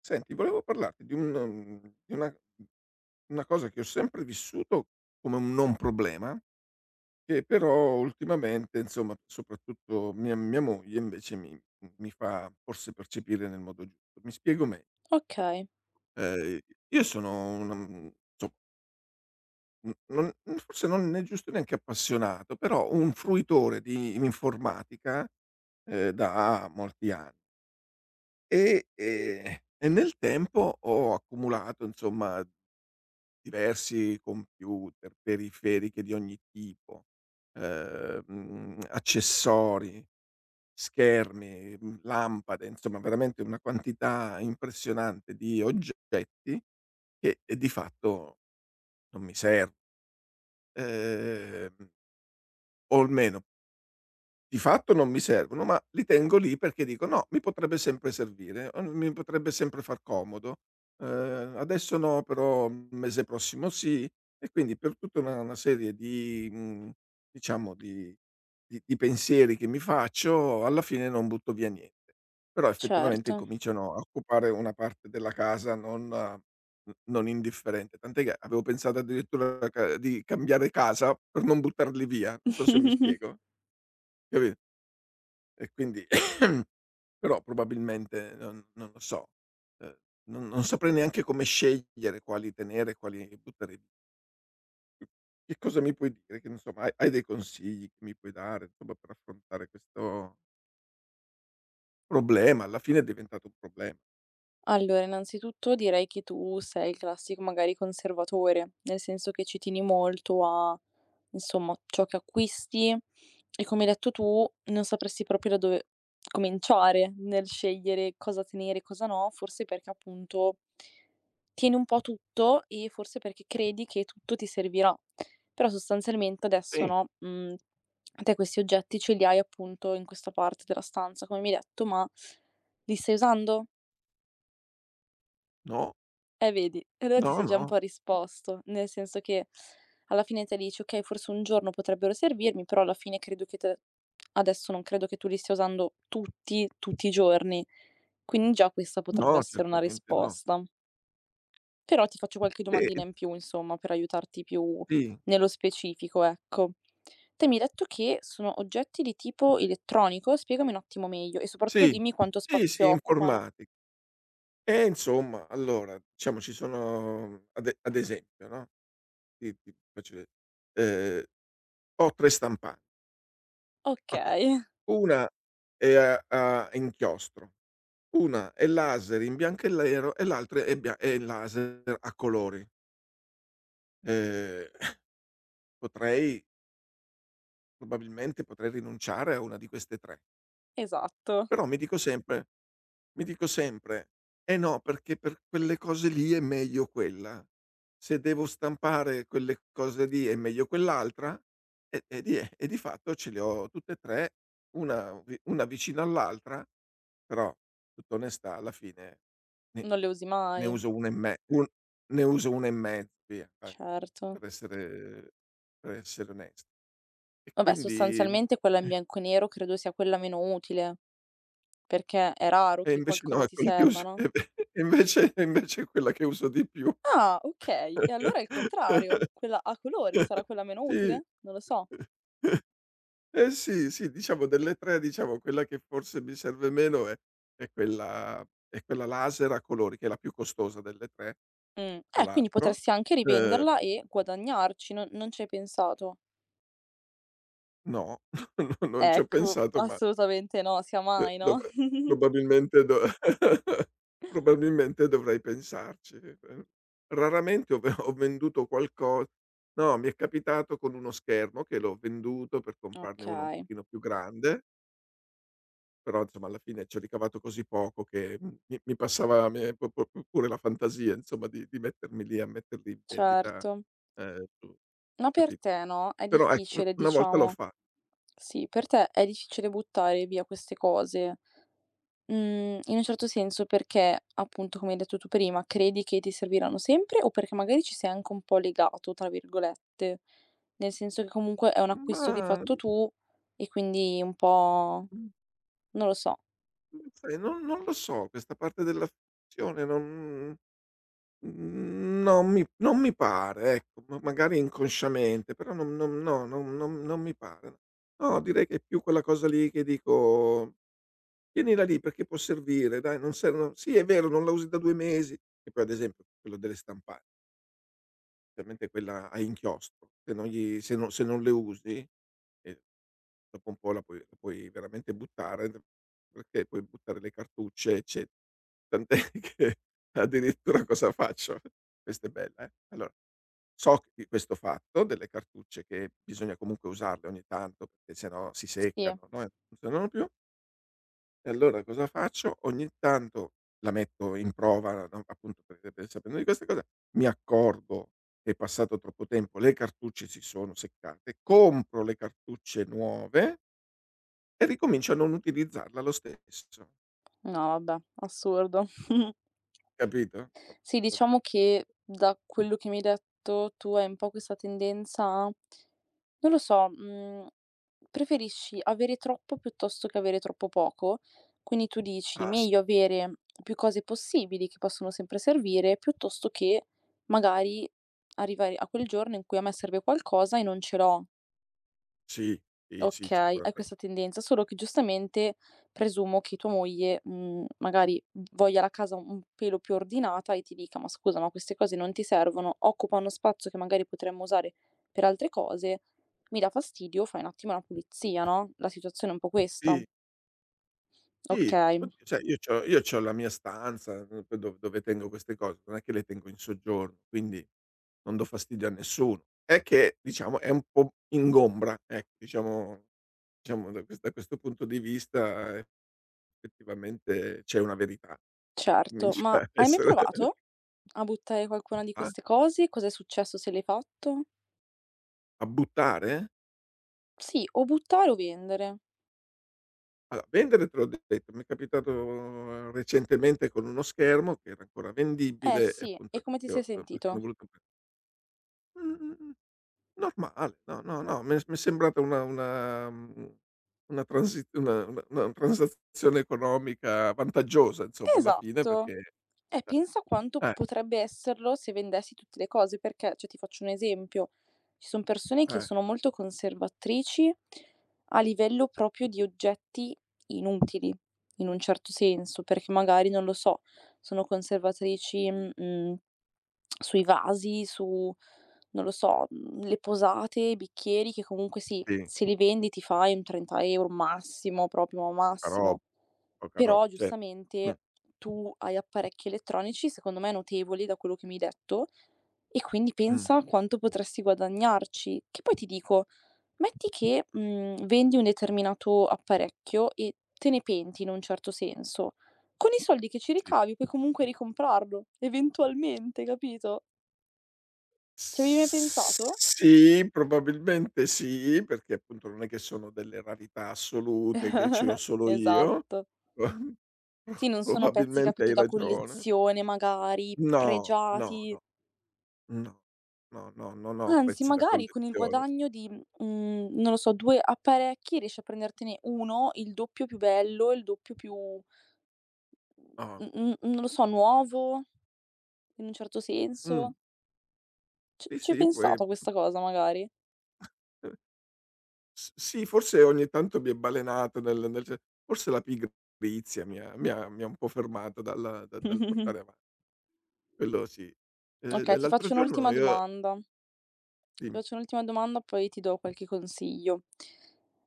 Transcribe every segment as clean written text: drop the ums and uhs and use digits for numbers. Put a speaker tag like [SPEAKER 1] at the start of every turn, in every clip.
[SPEAKER 1] Senti, volevo parlarti di di una cosa che ho sempre vissuto come un non problema, che però ultimamente, insomma, soprattutto mia moglie invece mi fa forse percepire nel modo giusto. Mi spiego meglio:
[SPEAKER 2] Okay,
[SPEAKER 1] ehm, io sono una so n non forse non né giusto neanche appassionato, però un fruitore di informatica, da molti anni e nel tempo ho accumulato, insomma, diversi computer, periferiche di ogni tipo, accessori, schermi, lampade, insomma veramente una quantità impressionante di oggetti che di fatto non mi ser ehm, o almeno di fatto non mi servono, ma li tengo lì perché dico: "No, mi potrebbe sempre servire, o mi potrebbe sempre far comodo. Adesso no, però il mese prossimo sì". E quindi per tutta una serie di diciamo di di pensieri che mi faccio, alla fine non butto via niente. Però effettivamente
[SPEAKER 2] certo.
[SPEAKER 1] cominciano a occupare una parte della casa non indifferente, tant'è che avevo pensato addirittura ca di cambiare casa per non buttarli via, non so se mi spiego, capi e quindi però probabilmente non lo so, ehm, non saprei neanche come scegliere quali tenere e quali buttare via. Che cosa mi puoi dire? Che insomma hai dei consigli che mi puoi dare, insomma, per affrontare questo problema? Alla fine è diventato un problema.
[SPEAKER 2] Allora, innanzitutto direi che tu sei il classico magari conservatore, nel senso che ci tieni molto a, insomma, ciò che acquisti e come hai detto tu, non sapresti proprio da dove cominciare nel scegliere cosa tenere e cosa no, forse perché appunto tieni un po' tutto e forse perché credi che tutto ti servirà. Però sostanzialmente adesso
[SPEAKER 1] Sì,
[SPEAKER 2] no, te questi oggetti ce li hai appunto in questa parte della stanza, come mi hai detto, ma li stai usando?
[SPEAKER 1] no,
[SPEAKER 2] Vedi, e allora ti
[SPEAKER 1] no,
[SPEAKER 2] sei già un
[SPEAKER 1] no,
[SPEAKER 2] po' risposto, nel senso che alla fine te dici: "Okay, forse un giorno potrebbero servirmi, però alla fine credo che te adesso non credo che tu li stia usando tutti, tutti i giorni". Quindi già questa potrebbe
[SPEAKER 1] no,
[SPEAKER 2] essere una
[SPEAKER 1] certamente no.
[SPEAKER 2] risposta. Però ti faccio qualche domandina
[SPEAKER 1] Eh,
[SPEAKER 2] in più insomma, per aiutarti più
[SPEAKER 1] sì,
[SPEAKER 2] nello specifico, ecco. Te mi hai detto che sono oggetti di tipo elettronico? Spiegami un attimo meglio e soprattutto
[SPEAKER 1] sì,
[SPEAKER 2] dimmi quanto
[SPEAKER 1] sì,
[SPEAKER 2] spazio
[SPEAKER 1] sì,
[SPEAKER 2] occupano.
[SPEAKER 1] informati insomma, allora diciamo ci sono ad esempio, no, ti faccio ve ehm ho 3 stampan okay.
[SPEAKER 2] Okay,
[SPEAKER 1] Una è a inchiostro, una è laser in bianco e nero e l'altra è bia è laser a colori. Ehm, potrei probabilmente potrei rinunciare a una di queste 3.
[SPEAKER 2] esatto.
[SPEAKER 1] Però mi dico sempre: "Eh no, perché per quelle cose lì è meglio quella. Se devo stampare quelle cose lì è meglio quell'altra", e di fatto ce le ho tutte e 3, una vicina all'altra, però tutta onestà alla fine ne
[SPEAKER 2] Non le usi
[SPEAKER 1] ne
[SPEAKER 2] mai.
[SPEAKER 1] uso 1 e me un ne uso 1 e mezzo via, dai,
[SPEAKER 2] Certo.
[SPEAKER 1] per essere per essere onesto. E
[SPEAKER 2] Vabbè,
[SPEAKER 1] quindi
[SPEAKER 2] sostanzialmente quella in bianco e nero credo sia quella meno utile, perché è raro
[SPEAKER 1] e
[SPEAKER 2] che
[SPEAKER 1] invece
[SPEAKER 2] qualcosa
[SPEAKER 1] no, è
[SPEAKER 2] ti
[SPEAKER 1] quella che
[SPEAKER 2] serva,
[SPEAKER 1] uso
[SPEAKER 2] no?
[SPEAKER 1] e invece è quella che uso di più.
[SPEAKER 2] Ah, okay. E allora è il contrario. Quella a colori sarà quella meno
[SPEAKER 1] Sì.
[SPEAKER 2] utile? Non lo so.
[SPEAKER 1] Eh sì, sì, diciamo delle 3, diciamo quella che forse mi serve meno è è quella è quella laser a colori, che è la più costosa delle 3
[SPEAKER 2] Mh.
[SPEAKER 1] tra
[SPEAKER 2] Quindi
[SPEAKER 1] l'altro.
[SPEAKER 2] potresti anche
[SPEAKER 1] Uhm,
[SPEAKER 2] rivenderla e guadagnarci, non ci hai pensato?
[SPEAKER 1] no, no, non ci ho
[SPEAKER 2] Ecco,
[SPEAKER 1] pensato, ma
[SPEAKER 2] assolutamente no, sia mai,
[SPEAKER 1] Dov
[SPEAKER 2] no?
[SPEAKER 1] probabilmente do probabilmente dovrei pensarci. Raramente ho venduto qualco no, mi è capitato con uno schermo che l'ho venduto per comprarne uno un
[SPEAKER 2] Okay,
[SPEAKER 1] pochino più grande, però insomma alla fine ci ho ricavato così poco che mi passava me pu pu pu pure la fantasia insomma di mettermi lì a metterli in vendita,
[SPEAKER 2] certo.
[SPEAKER 1] su
[SPEAKER 2] Ma per
[SPEAKER 1] capito?
[SPEAKER 2] te, no, è
[SPEAKER 1] Però ecco, u
[SPEAKER 2] difficile,
[SPEAKER 1] una volta l'ho
[SPEAKER 2] diciamo
[SPEAKER 1] fa
[SPEAKER 2] sì, per te è difficile buttare via queste cose. In un certo senso perché, appunto, come hai detto tu prima, credi che ti serviranno sempre o perché magari ci sei anche un po' "legato" tra virgolette, nel senso che comunque è un acquisto che hai
[SPEAKER 1] ma
[SPEAKER 2] fatto tu e quindi un po'
[SPEAKER 1] mm,
[SPEAKER 2] non lo so.
[SPEAKER 1] Mhmm, sai, non lo so, questa parte della finzione non non mi pare, ecco, ma magari inconsciamente, però non mi pare. No, no, direi che è più quella cosa lì, che dico: "Tienila lì perché può servire, dai, non ser no". Sì, è vero, non la usi da 2 mesi, e poi ad esempio quello delle stampa ovviamente quella a inchiostro, se non gli se non se non le usi, ehm dopo un po' la puoi veramente buttare, d perché puoi buttare le cartucce ecce tant'è che addirittura cosa faccio? Questa è bella, eh. Allora, di questo fatto delle cartucce, che bisogna comunque usarle ogni tanto, perché se no si
[SPEAKER 2] Sì.
[SPEAKER 1] seccano, no, e non funzionano più, e allora cosa faccio? Ogni tanto la metto in prova, no, appunto per sapendo di queste cose, mi accorgo che è passato troppo tempo, le cartucce si sono seccate, compro le cartucce nuove e ricomincio a non utilizzarla lo stesso,
[SPEAKER 2] No vabbè, assurdo.
[SPEAKER 1] capito?
[SPEAKER 2] Sì, diciamo che da quello che mi hai detto tu hai un po' questa tendenza a non lo so, preferisci avere troppo piuttosto che avere troppo poco. Quindi tu dici:
[SPEAKER 1] Ah s
[SPEAKER 2] "Meglio avere più cose possibili che possono sempre servire, piuttosto che magari arrivare a quel giorno in cui a me serve qualcosa e non ce l'ho".
[SPEAKER 1] sì, sì, sì,
[SPEAKER 2] Okay, hai questa
[SPEAKER 1] sicuramente.
[SPEAKER 2] tendenza, solo che giustamente presumo che tua moglie, magari voglia la casa un pelo più ordinata e ti dica: "Ma scusa, ma queste cose non ti servono, occupano spazio che magari potremmo usare per altre cose, mi dà fastidio, fai un attimo una pulizia", no, la situazione è un po' questa.
[SPEAKER 1] Sì, sì,
[SPEAKER 2] Okay,
[SPEAKER 1] oddio, sai, io c'ho la mia stanza, poi do dove tengo queste cose, non è che le tengo in soggiorno, quindi non do fastidio a nessuno. È che diciamo è un po' ingombra, ecco, diciamo da questo punto di vista effettivamente c'è una verità.
[SPEAKER 2] certo.
[SPEAKER 1] Comincia
[SPEAKER 2] Ma
[SPEAKER 1] a
[SPEAKER 2] hai mai
[SPEAKER 1] essere
[SPEAKER 2] provato a buttare qualcuna di
[SPEAKER 1] ah,
[SPEAKER 2] queste cose? Cos'è successo se l'hai fatto?
[SPEAKER 1] a buttare?
[SPEAKER 2] Sì, o buttare o vendere.
[SPEAKER 1] Allora, vendere te l'ho detto, mi è capitato recentemente con uno schermo che era ancora
[SPEAKER 2] Eh
[SPEAKER 1] vendibile e
[SPEAKER 2] sì, e
[SPEAKER 1] appunto
[SPEAKER 2] come ti sei
[SPEAKER 1] perché
[SPEAKER 2] sentito?
[SPEAKER 1] hanno voluto pre mh, mh, normale, no, no, no, mi è sembrata una una transi una transazione economica vantaggiosa insomma alla fine
[SPEAKER 2] Esatto.
[SPEAKER 1] perché
[SPEAKER 2] E
[SPEAKER 1] eh,
[SPEAKER 2] pensa quanto
[SPEAKER 1] eh,
[SPEAKER 2] potrebbe esserlo se vendessi tutte le cose, perché cioè ti faccio un esempio, ci son persone che
[SPEAKER 1] eh,
[SPEAKER 2] sono molto conservatrici a livello proprio di oggetti inutili, in un certo senso, perché magari, non lo so, sono conservatrici, sui vasi, su non lo so, le posate, i bicchieri che comunque sì,
[SPEAKER 1] sì,
[SPEAKER 2] se li vendi ti fai un 30 € massimo, proprio
[SPEAKER 1] poca
[SPEAKER 2] massimo,
[SPEAKER 1] roba, poca
[SPEAKER 2] però
[SPEAKER 1] roba, certo. Mh,
[SPEAKER 2] giustamente tu hai apparecchi elettronici, secondo me notevoli da quello che mi hai detto, e quindi
[SPEAKER 1] mh,
[SPEAKER 2] pensa a quanto potresti guadagnarci. Che poi ti dico, metti che, vendi un determinato apparecchio e te ne penti in un certo senso, con i soldi che ci
[SPEAKER 1] sì.
[SPEAKER 2] ricavi puoi comunque ricomprarlo, eventualmente, capito? Ci avevi mai pensato?
[SPEAKER 1] Sì, probabilmente sì, perché appunto non è che sono delle rarità assolute, che ce l'ho solo io.
[SPEAKER 2] Esatto. Sì, non sono pezzi,
[SPEAKER 1] Probabilmente
[SPEAKER 2] capito,
[SPEAKER 1] hai
[SPEAKER 2] da
[SPEAKER 1] ragione.
[SPEAKER 2] collezione magari,
[SPEAKER 1] No, no,
[SPEAKER 2] pregiati.
[SPEAKER 1] no, no, no, no, non ho
[SPEAKER 2] Anzi,
[SPEAKER 1] pezzi da
[SPEAKER 2] magari con il
[SPEAKER 1] collezione.
[SPEAKER 2] guadagno di, non lo so, 2 apparecchi riesci a prendertene 1 il doppio più bello, il doppio più
[SPEAKER 1] No.
[SPEAKER 2] non lo so, nuovo, in un certo
[SPEAKER 1] Mh.
[SPEAKER 2] senso. C
[SPEAKER 1] Sì,
[SPEAKER 2] ci hai
[SPEAKER 1] sì, poi
[SPEAKER 2] pensato a questa cosa magari?
[SPEAKER 1] eh, s sì, forse ogni tanto mi è balenato nel nel se forse la pigrizia mi ha un po' fermato dal portare avanti, quello sì.
[SPEAKER 2] Okay, ti
[SPEAKER 1] L'altro
[SPEAKER 2] faccio
[SPEAKER 1] giorno
[SPEAKER 2] un'ultima
[SPEAKER 1] io
[SPEAKER 2] domanda. Ti
[SPEAKER 1] dimmi.
[SPEAKER 2] faccio un'ultima domanda, poi ti do qualche consiglio.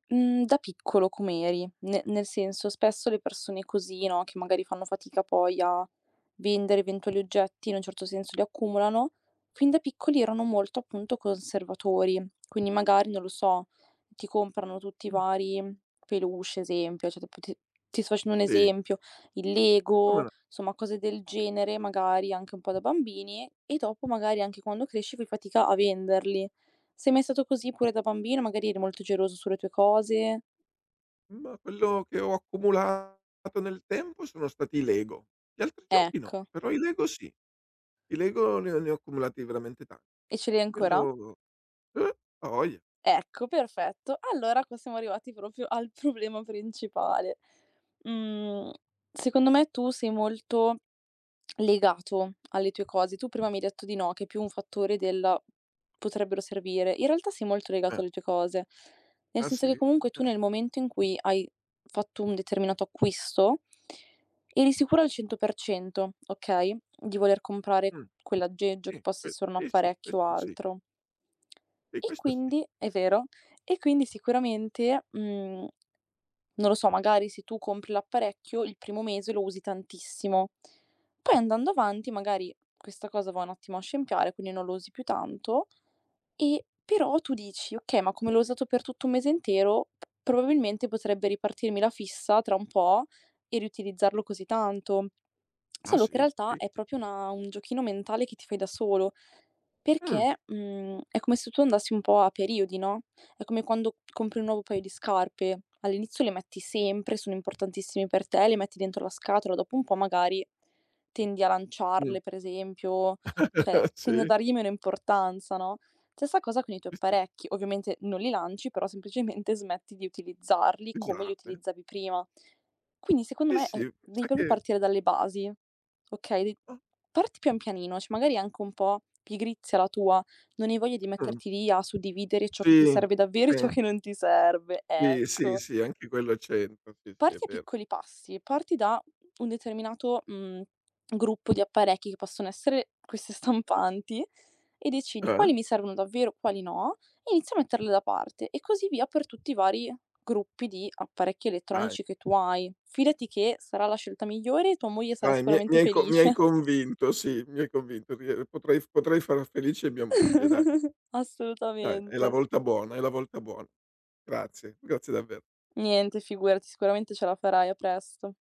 [SPEAKER 2] Da piccolo com'eri? Ne nel senso, spesso le persone così, no, che magari fanno fatica poi a vendere eventuali oggetti, in un certo senso li accumulano, fin da piccoli erano molto, appunto, conservatori. Quindi magari, non lo so, ti comprano tutti i vari peluche, esempio, cioè tipo ti sto facendo un
[SPEAKER 1] Sì,
[SPEAKER 2] esempio, il
[SPEAKER 1] come
[SPEAKER 2] Lego,
[SPEAKER 1] no,
[SPEAKER 2] insomma cose del genere, magari anche un po' da bambini, e dopo magari anche quando cresci fai fatica a venderli. Sei mai stato così pure da bambino? Magari eri molto geloso sulle tue cose?
[SPEAKER 1] ma quello che ho accumulato nel tempo sono stati i Lego. Gli altri giochi no,
[SPEAKER 2] Ecco.
[SPEAKER 1] però i Lego sì. I Lego ne ho accumulati veramente tanti.
[SPEAKER 2] E ce l'hai ancora?
[SPEAKER 1] Quello eh, a voglia.
[SPEAKER 2] Ecco, perfetto. Allora qua siamo arrivati proprio al problema principale. Mhmm, secondo me tu sei molto legato alle tue cose. Tu prima mi hai detto di no, che è più un fattore del potrebbero servire. In realtà sei molto
[SPEAKER 1] Eh.
[SPEAKER 2] legato alle tue cose, nel
[SPEAKER 1] Ah
[SPEAKER 2] senso che
[SPEAKER 1] sì?
[SPEAKER 2] comunque tu nel momento in cui hai fatto un determinato acquisto, eri sicura al 100%, okay, di voler comprare
[SPEAKER 1] Mh,
[SPEAKER 2] quell'aggeggio che
[SPEAKER 1] sì,
[SPEAKER 2] possa
[SPEAKER 1] que
[SPEAKER 2] essere un
[SPEAKER 1] sì, sì,
[SPEAKER 2] apparecchio o
[SPEAKER 1] questo sì.
[SPEAKER 2] altro.
[SPEAKER 1] Sì,
[SPEAKER 2] E
[SPEAKER 1] questo sì.
[SPEAKER 2] quindi è vero, e quindi sicuramente, mhmm non lo so, magari se tu compri l'apparecchio il primo mese lo usi tantissimo, poi andando avanti magari questa cosa va un attimo a scempiare, quindi non lo usi più tanto e però tu dici: "Okay, ma come l'ho usato per tutto un mese intero, p probabilmente potrebbe ripartirmi la fissa tra un po' e riutilizzarlo così tanto".
[SPEAKER 1] Ah
[SPEAKER 2] Solo che in
[SPEAKER 1] sì?
[SPEAKER 2] realtà
[SPEAKER 1] Sì.
[SPEAKER 2] è proprio una un giochino mentale che ti fai da solo,
[SPEAKER 1] Mh,
[SPEAKER 2] perché, è come se tu andassi un po' a periodi, no, è come quando compri un nuovo paio di scarpe. All'inizio le metti sempre, sono importantissime per te, le metti dentro la scatola, dopo un po' magari tendi a
[SPEAKER 1] mh.
[SPEAKER 2] lanciarle per esempio, cioè tendi a
[SPEAKER 1] Sì,
[SPEAKER 2] dargli meno importanza, no? Stessa cosa con i tuoi
[SPEAKER 1] sì, sì,
[SPEAKER 2] apparecchi, ovviamente non li lanci, però semplicemente smetti di utilizzarli come li
[SPEAKER 1] scusate.
[SPEAKER 2] utilizzavi prima. Quindi secondo
[SPEAKER 1] Sì,
[SPEAKER 2] me,
[SPEAKER 1] sì, mi
[SPEAKER 2] devi
[SPEAKER 1] sa
[SPEAKER 2] proprio
[SPEAKER 1] che
[SPEAKER 2] partire dalle basi, okay, de
[SPEAKER 1] ah,
[SPEAKER 2] parti pian pianino, cioè magari è anche un po' pigrizia la tua, non hai voglia di
[SPEAKER 1] mh.
[SPEAKER 2] metterti lì a suddividere ciò che ti
[SPEAKER 1] Sì,
[SPEAKER 2] serve davvero e ciò
[SPEAKER 1] pen
[SPEAKER 2] che non ti serve,
[SPEAKER 1] sì, sì,
[SPEAKER 2] ecco.
[SPEAKER 1] sì, anche quello c'entra. Sì, sì, è
[SPEAKER 2] Parti a
[SPEAKER 1] vero.
[SPEAKER 2] piccoli passi, parti da un determinato, gruppo di apparecchi che possono essere queste stampanti e decidi
[SPEAKER 1] Eh?
[SPEAKER 2] quali mi servono davvero, quali no, e inizi a metterle da parte e così via per tutti i vari gruppi di apparecchi
[SPEAKER 1] Dai.
[SPEAKER 2] elettronici che tu hai. Fidati che sarà la scelta migliore e tua moglie sarà
[SPEAKER 1] Dai,
[SPEAKER 2] sicuramente
[SPEAKER 1] mi hai
[SPEAKER 2] felice.
[SPEAKER 1] convinto, sì, mi hai convinto. Rie potrei f potrei far felice mia moglie, dai, dai, è la
[SPEAKER 2] Assolutamente.
[SPEAKER 1] volta buona, è la volta buona. Grazie, grazie davvero.
[SPEAKER 2] Niente, figurati, sicuramente ce la farai. A presto.